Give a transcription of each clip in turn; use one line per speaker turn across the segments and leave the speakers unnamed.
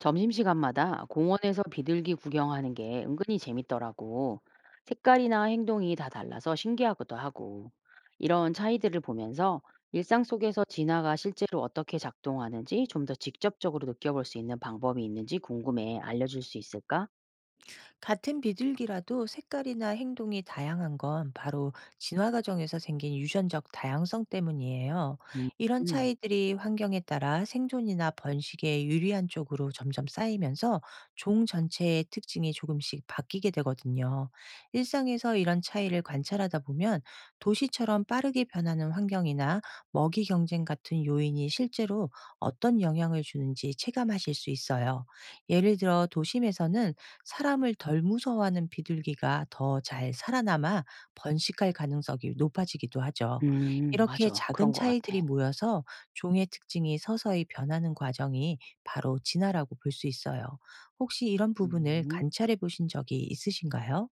점심시간마다 공원에서 비둘기 구경하는 게 은근히 재밌더라고. 색깔이나 행동이 다 달라서 신기하기도 하고. 이런 차이들을 보면서 일상 속에서 진화가 실제로 어떻게 작동하는지 좀 더 직접적으로 느껴볼 수 있는 방법이 있는지 궁금해. 알려줄 수 있을까?
같은 비둘기라도 색깔이나 행동이 다양한 건 바로 진화 과정에서 생긴 유전적 다양성 때문이에요.
음,
이런
음,
차이들이 환경에 따라 생존이나 번식에 유리한 쪽으로 점점 쌓이면서 종 전체의 특징이 조금씩 바뀌게 되거든요. 일상에서 이런 차이를 관찰하다 보면 도시처럼 빠르게 변하는 환경이나 먹이 경쟁 같은 요인이 실제로 어떤 영향을 주는지 체감하실 수 있어요. 예를 들어 도심에서는 사람을 덜 무서워하는 비둘기가 더 잘 살아남아 번식할 가능성이 높아지기도 하죠. 이렇게
맞아. 그런
작은
것 같아.
차이들이 모여서 종의 특징이 서서히 변하는 과정이 바로 진화라고 볼 수 있어요. 혹시 이런 부분을
음.
관찰해 보신 적이 있으신가요?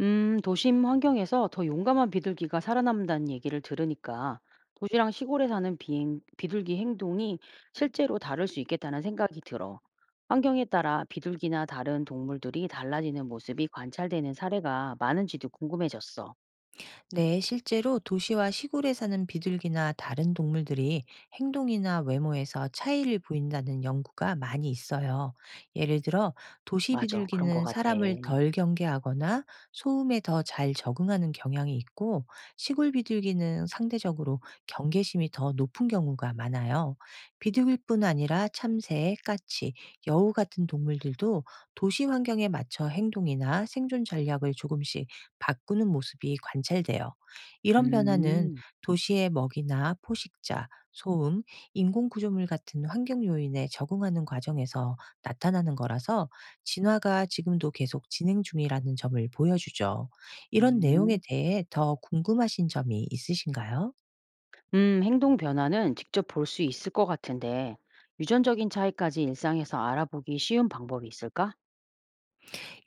도심 환경에서 더 용감한 비둘기가 살아남는다는 얘기를 들으니까 도시랑 시골에 사는 비둘기 행동이 실제로 다를 수 있겠다는 생각이 들어. 환경에 따라 비둘기나 다른 동물들이 달라지는 모습이 관찰되는 사례가 많은지도 궁금해졌어.
네, 실제로 도시와 시골에 사는 비둘기나 다른 동물들이 행동이나 외모에서 차이를 보인다는 연구가 많이 있어요. 예를 들어, 도시
맞아, 그런 것
비둘기는
같아.
사람을 덜 경계하거나 소음에 더 잘 적응하는 경향이 있고, 시골 비둘기는 상대적으로 경계심이 더 높은 경우가 많아요. 비둘기뿐 아니라 참새, 까치, 여우 같은 동물들도 도시 환경에 맞춰 행동이나 생존 전략을 조금씩 바꾸는 모습이 관찰돼요. 이런 변화는
음,
도시의 먹이나 포식자, 소음, 인공 구조물 같은 환경 요인에 적응하는 과정에서 나타나는 거라서 진화가 지금도 계속 진행 중이라는 점을 보여주죠. 이런 내용에
음.
대해 더 궁금하신 점이 있으신가요?
행동 변화는 직접 볼 수 있을 것 같은데 유전적인 차이까지 일상에서 알아보기 쉬운 방법이 있을까?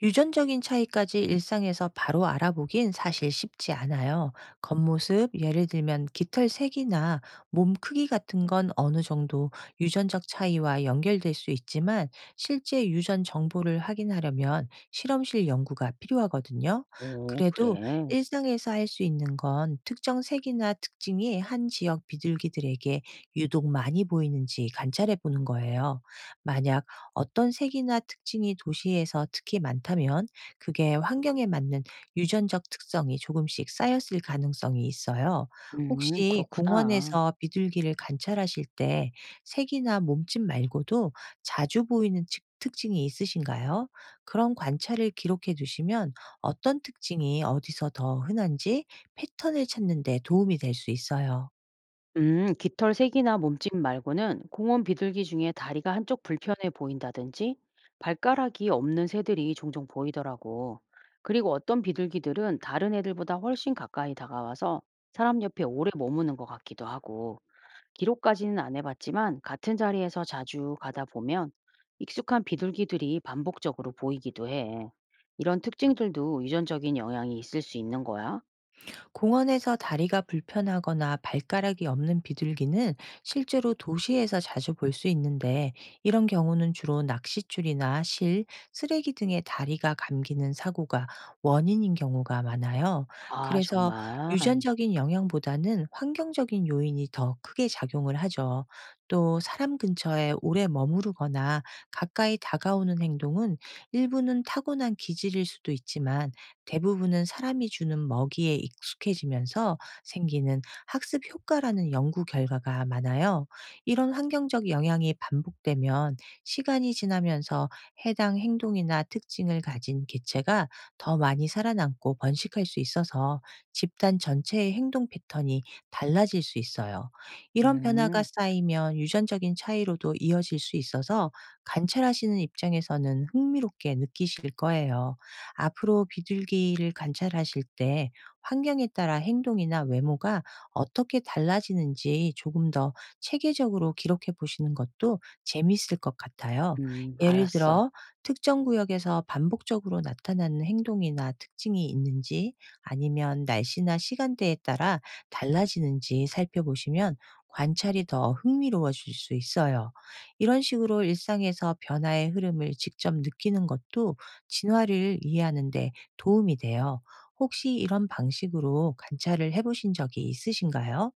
유전적인 차이까지 일상에서 바로 알아보긴 사실 쉽지 않아요. 겉모습, 예를 들면 깃털 색이나 몸 크기 같은 건 어느 정도 유전적 차이와 연결될 수 있지만 실제 유전 정보를 확인하려면 실험실 연구가 필요하거든요.
오,
그래도
그래.
일상에서 할 수 있는 건 특정 색이나 특징이 한 지역 비둘기들에게 유독 많이 보이는지 관찰해 보는 거예요. 만약 어떤 색이나 특징이 도시에서 특히 많다면 그게 환경에 맞는 유전적 특성이 조금씩 쌓였을 가능성이 있어요. 혹시
그렇구나.
공원에서 비둘기를 관찰하실 때 색이나 몸집 말고도 자주 보이는 특징이 있으신가요? 그런 관찰을 기록해 두시면 어떤 특징이 어디서 더 흔한지 패턴을 찾는 데 도움이 될 수 있어요.
깃털 색이나 몸집 말고는 공원 비둘기 중에 다리가 한쪽 불편해 보인다든지 발가락이 없는 새들이 종종 보이더라고. 그리고 어떤 비둘기들은 다른 애들보다 훨씬 가까이 다가와서 사람 옆에 오래 머무는 것 같기도 하고 기록까지는 안 해봤지만 같은 자리에서 자주 가다 보면 익숙한 비둘기들이 반복적으로 보이기도 해. 이런 특징들도 유전적인 영향이 있을 수 있는 거야?
공원에서 다리가 불편하거나 발가락이 없는 비둘기는 실제로 도시에서 자주 볼 수 있는데, 이런 경우는 주로 낚싯줄이나 실, 쓰레기 등의 다리가 감기는 사고가 원인인 경우가 많아요.
아,
그래서
정말.
유전적인 영향보다는 환경적인 요인이 더 크게 작용을 하죠. 또 사람 근처에 오래 머무르거나 가까이 다가오는 행동은 일부는 타고난 기질일 수도 있지만 대부분은 사람이 주는 먹이에 익숙해지면서 생기는 학습 효과라는 연구 결과가 많아요. 이런 환경적 영향이 반복되면 시간이 지나면서 해당 행동이나 특징을 가진 개체가 더 많이 살아남고 번식할 수 있어서 집단 전체의 행동 패턴이 달라질 수 있어요. 이런 변화가
음,
쌓이면 유전적인 차이로도 이어질 수 있어서 관찰하시는 입장에서는 흥미롭게 느끼실 거예요. 앞으로 비둘기를 관찰하실 때 환경에 따라 행동이나 외모가 어떻게 달라지는지 조금 더 체계적으로 기록해 보시는 것도 재미있을 것 같아요. 예를
알았어.
들어 특정 구역에서 반복적으로 나타나는 행동이나 특징이 있는지, 아니면 날씨나 시간대에 따라 달라지는지 살펴보시면 관찰이 더 흥미로워질 수 있어요. 이런 식으로 일상에서 변화의 흐름을 직접 느끼는 것도 진화를 이해하는데 도움이 돼요. 혹시 이런 방식으로 관찰을 해보신 적이 있으신가요?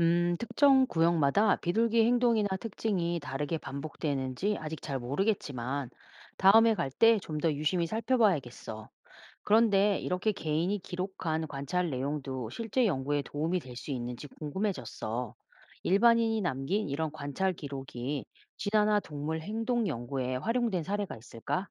특정 구역마다 비둘기 행동이나 특징이 다르게 반복되는지 아직 잘 모르겠지만, 다음에 갈 때 좀 더 유심히 살펴봐야겠어. 그런데 이렇게 개인이 기록한 관찰 내용도 실제 연구에 도움이 될 수 있는지 궁금해졌어. 일반인이 남긴 이런 관찰 기록이 진화나 동물 행동 연구에 활용된 사례가 있을까?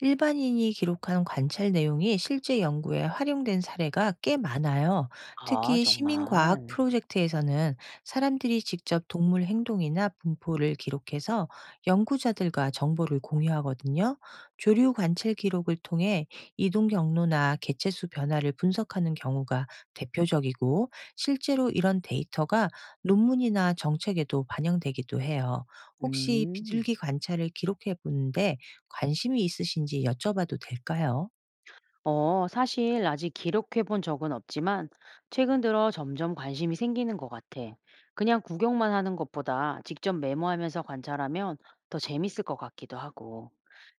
일반인이 기록한 관찰 내용이 실제 연구에 활용된 사례가 꽤 많아요.
아,
특히 시민과학
정말.
프로젝트에서는 사람들이 직접 동물 행동이나 분포를 기록해서 연구자들과 정보를 공유하거든요. 조류 관찰 기록을 통해 이동 경로나 개체수 변화를 분석하는 경우가 대표적이고, 실제로 이런 데이터가 논문이나 정책에도 반영되기도 해요. 혹시
음.
비둘기 관찰을 기록해 보는데 관심이 있으신지 여쭤봐도 될까요?
어, 사실 아직 기록해 본 적은 없지만 최근 들어 점점 관심이 생기는 것 같아. 그냥 구경만 하는 것보다 직접 메모하면서 관찰하면 더 재밌을 것 같기도 하고.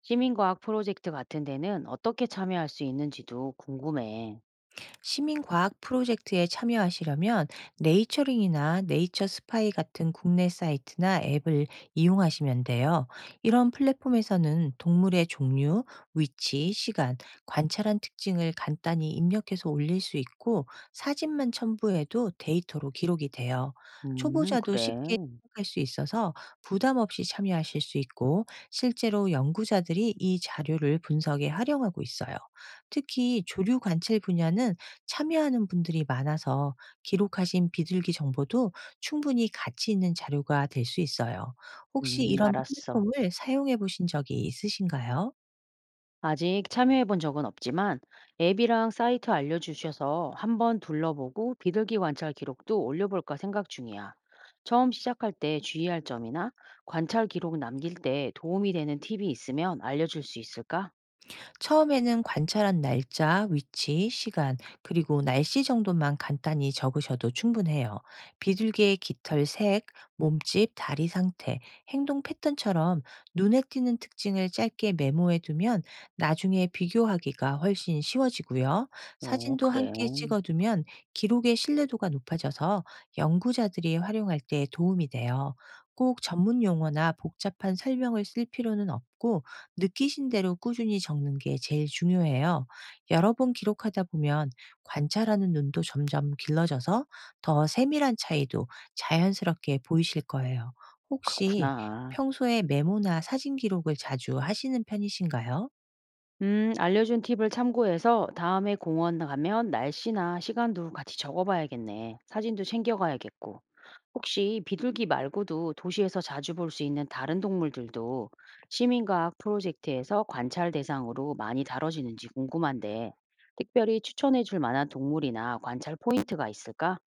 시민과학 프로젝트 같은 데는 어떻게 참여할 수 있는지도 궁금해.
시민과학 프로젝트에 참여하시려면 네이처링이나 네이처 스파이 같은 국내 사이트나 앱을 이용하시면 돼요. 이런 플랫폼에서는 동물의 종류, 위치, 시간, 관찰한 특징을 간단히 입력해서 올릴 수 있고, 사진만 첨부해도 데이터로 기록이 돼요. 초보자도
그래.
쉽게 시작할 수 있어서 부담 없이 참여하실 수 있고, 실제로 연구자들이 이 자료를 분석에 활용하고 있어요. 특히 조류 관찰 분야는 참여하는 분들이 많아서 기록하신 비둘기 정보도 충분히 가치 있는 자료가 될 수 있어요. 혹시 이런
알았어.
플랫폼을 사용해 보신 적이 있으신가요?
아직 참여해 본 적은 없지만 앱이랑 사이트 알려주셔서 한번 둘러보고 비둘기 관찰 기록도 올려볼까 생각 중이야. 처음 시작할 때 주의할 점이나 관찰 기록 남길 때 도움이 되는 팁이 있으면 알려줄 수 있을까?
처음에는 관찰한 날짜, 위치, 시간, 그리고 날씨 정도만 간단히 적으셔도 충분해요. 비둘기의 깃털 색, 몸집, 다리 상태, 행동 패턴처럼 눈에 띄는 특징을 짧게 메모해 두면 나중에 비교하기가 훨씬 쉬워지고요.
어,
사진도
그래.
함께 찍어두면 기록의 신뢰도가 높아져서 연구자들이 활용할 때 도움이 돼요. 꼭 전문 용어나 복잡한 설명을 쓸 필요는 없고, 느끼신 대로 꾸준히 적는 게 제일 중요해요. 여러 번 기록하다 보면 관찰하는 눈도 점점 길러져서 더 세밀한 차이도 자연스럽게 보이실 거예요. 혹시
그렇구나.
평소에 메모나 사진 기록을 자주 하시는 편이신가요?
알려준 팁을 참고해서 다음에 공원 가면 날씨나 시간도 같이 적어봐야겠네. 사진도 챙겨가야겠고. 혹시 비둘기 말고도 도시에서 자주 볼 수 있는 다른 동물들도 시민과학 프로젝트에서 관찰 대상으로 많이 다뤄지는지 궁금한데, 특별히 추천해 줄 만한 동물이나 관찰 포인트가 있을까?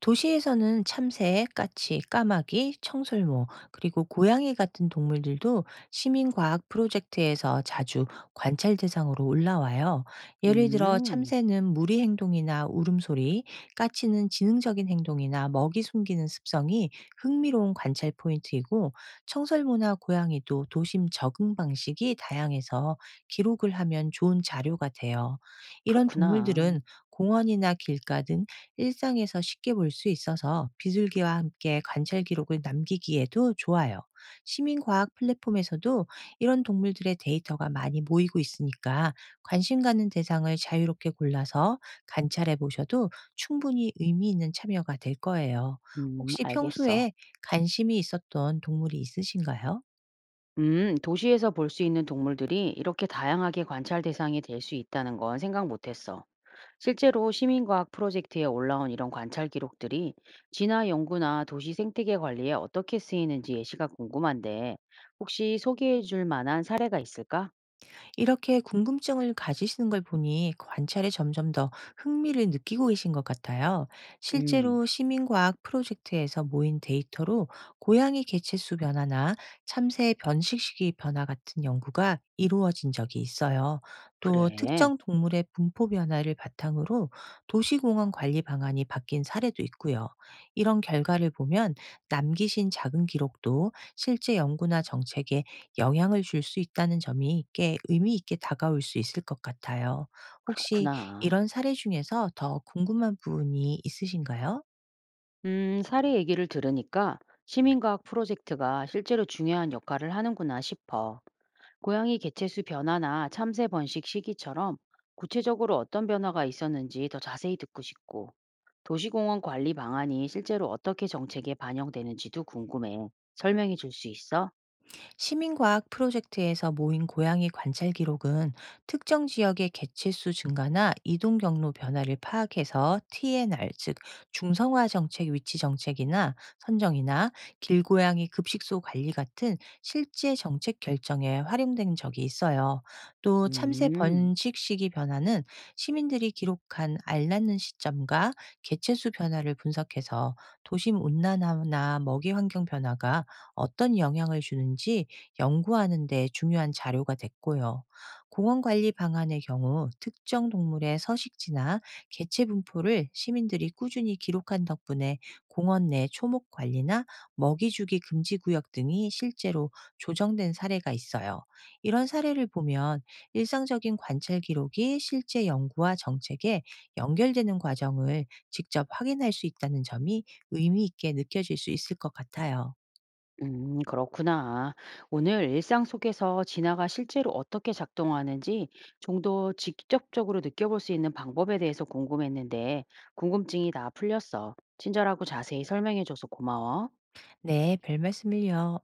도시에서는 참새, 까치, 까마귀, 청설모, 그리고 고양이 같은 동물들도 시민과학 프로젝트에서 자주 관찰 대상으로 올라와요. 예를 들어
음,
참새는 무리 행동이나 울음소리, 까치는 지능적인 행동이나 먹이 숨기는 습성이 흥미로운 관찰 포인트이고, 청설모나 고양이도 도심 적응 방식이 다양해서 기록을 하면 좋은 자료가 돼요. 이런
그렇구나.
동물들은 공원이나 길가 등 일상에서 쉽게 볼 수 있어서 비둘기와 함께 관찰 기록을 남기기에도 좋아요. 시민과학 플랫폼에서도 이런 동물들의 데이터가 많이 모이고 있으니까 관심 가는 대상을 자유롭게 골라서 관찰해 보셔도 충분히 의미 있는 참여가 될 거예요. 혹시
알겠어.
평소에 관심이 있었던 동물이 있으신가요?
도시에서 볼 수 있는 동물들이 이렇게 다양하게 관찰 대상이 될 수 있다는 건 생각 못 했어. 실제로 시민과학 프로젝트에 올라온 이런 관찰 기록들이 진화 연구나 도시 생태계 관리에 어떻게 쓰이는지 예시가 궁금한데 혹시 소개해 줄 만한 사례가 있을까?
이렇게 궁금증을 가지시는 걸 보니 그 관찰에 점점 더 흥미를 느끼고 계신 것 같아요.
음,
실제로 시민과학 프로젝트에서 모인 데이터로 고양이 개체수 변화나 참새의 번식 시기 변화 같은 연구가 이루어진 적이 있어요. 또
그래.
특정 동물의 분포 변화를 바탕으로 도시공원 관리 방안이 바뀐 사례도 있고요. 이런 결과를 보면 남기신 작은 기록도 실제 연구나 정책에 영향을 줄 수 있다는 점이 꽤 의미 있게 다가올 수 있을 것 같아요. 혹시
그렇구나.
이런 사례 중에서 더 궁금한 부분이 있으신가요?
사례 얘기를 들으니까 시민과학 프로젝트가 실제로 중요한 역할을 하는구나 싶어. 고양이 개체수 변화나 참새 번식 시기처럼 구체적으로 어떤 변화가 있었는지 더 자세히 듣고 싶고. 도시공원 관리 방안이 실제로 어떻게 정책에 반영되는지도 궁금해. 설명해 줄 수 있어?
시민과학 프로젝트에서 모인 고양이 관찰 기록은 특정 지역의 개체수 증가나 이동 경로 변화를 파악해서 TNR, 즉 중성화 정책 위치 정책이나 선정이나 길고양이 급식소 관리 같은 실제 정책 결정에 활용된 적이 있어요. 또 참새
음,
번식 시기 변화는 시민들이 기록한 알 낳는 시점과 개체수 변화를 분석해서 도심 온난화나 먹이 환경 변화가 어떤 영향을 주는지 연구하는 데 중요한 자료가 됐고요. 공원 관리 방안의 경우 특정 동물의 서식지나 개체 분포를 시민들이 꾸준히 기록한 덕분에 공원 내 초목 관리나 먹이 주기 금지 구역 등이 실제로 조정된 사례가 있어요. 이런 사례를 보면 일상적인 관찰 기록이 실제 연구와 정책에 연결되는 과정을 직접 확인할 수 있다는 점이 의미 있게 느껴질 수 있을 것 같아요.
그렇구나. 오늘 일상 속에서 진화가 실제로 어떻게 작동하는지 좀 더 직접적으로 느껴볼 수 있는 방법에 대해서 궁금했는데 궁금증이 다 풀렸어. 친절하고 자세히 설명해 줘서 고마워.
네, 별 말씀을요.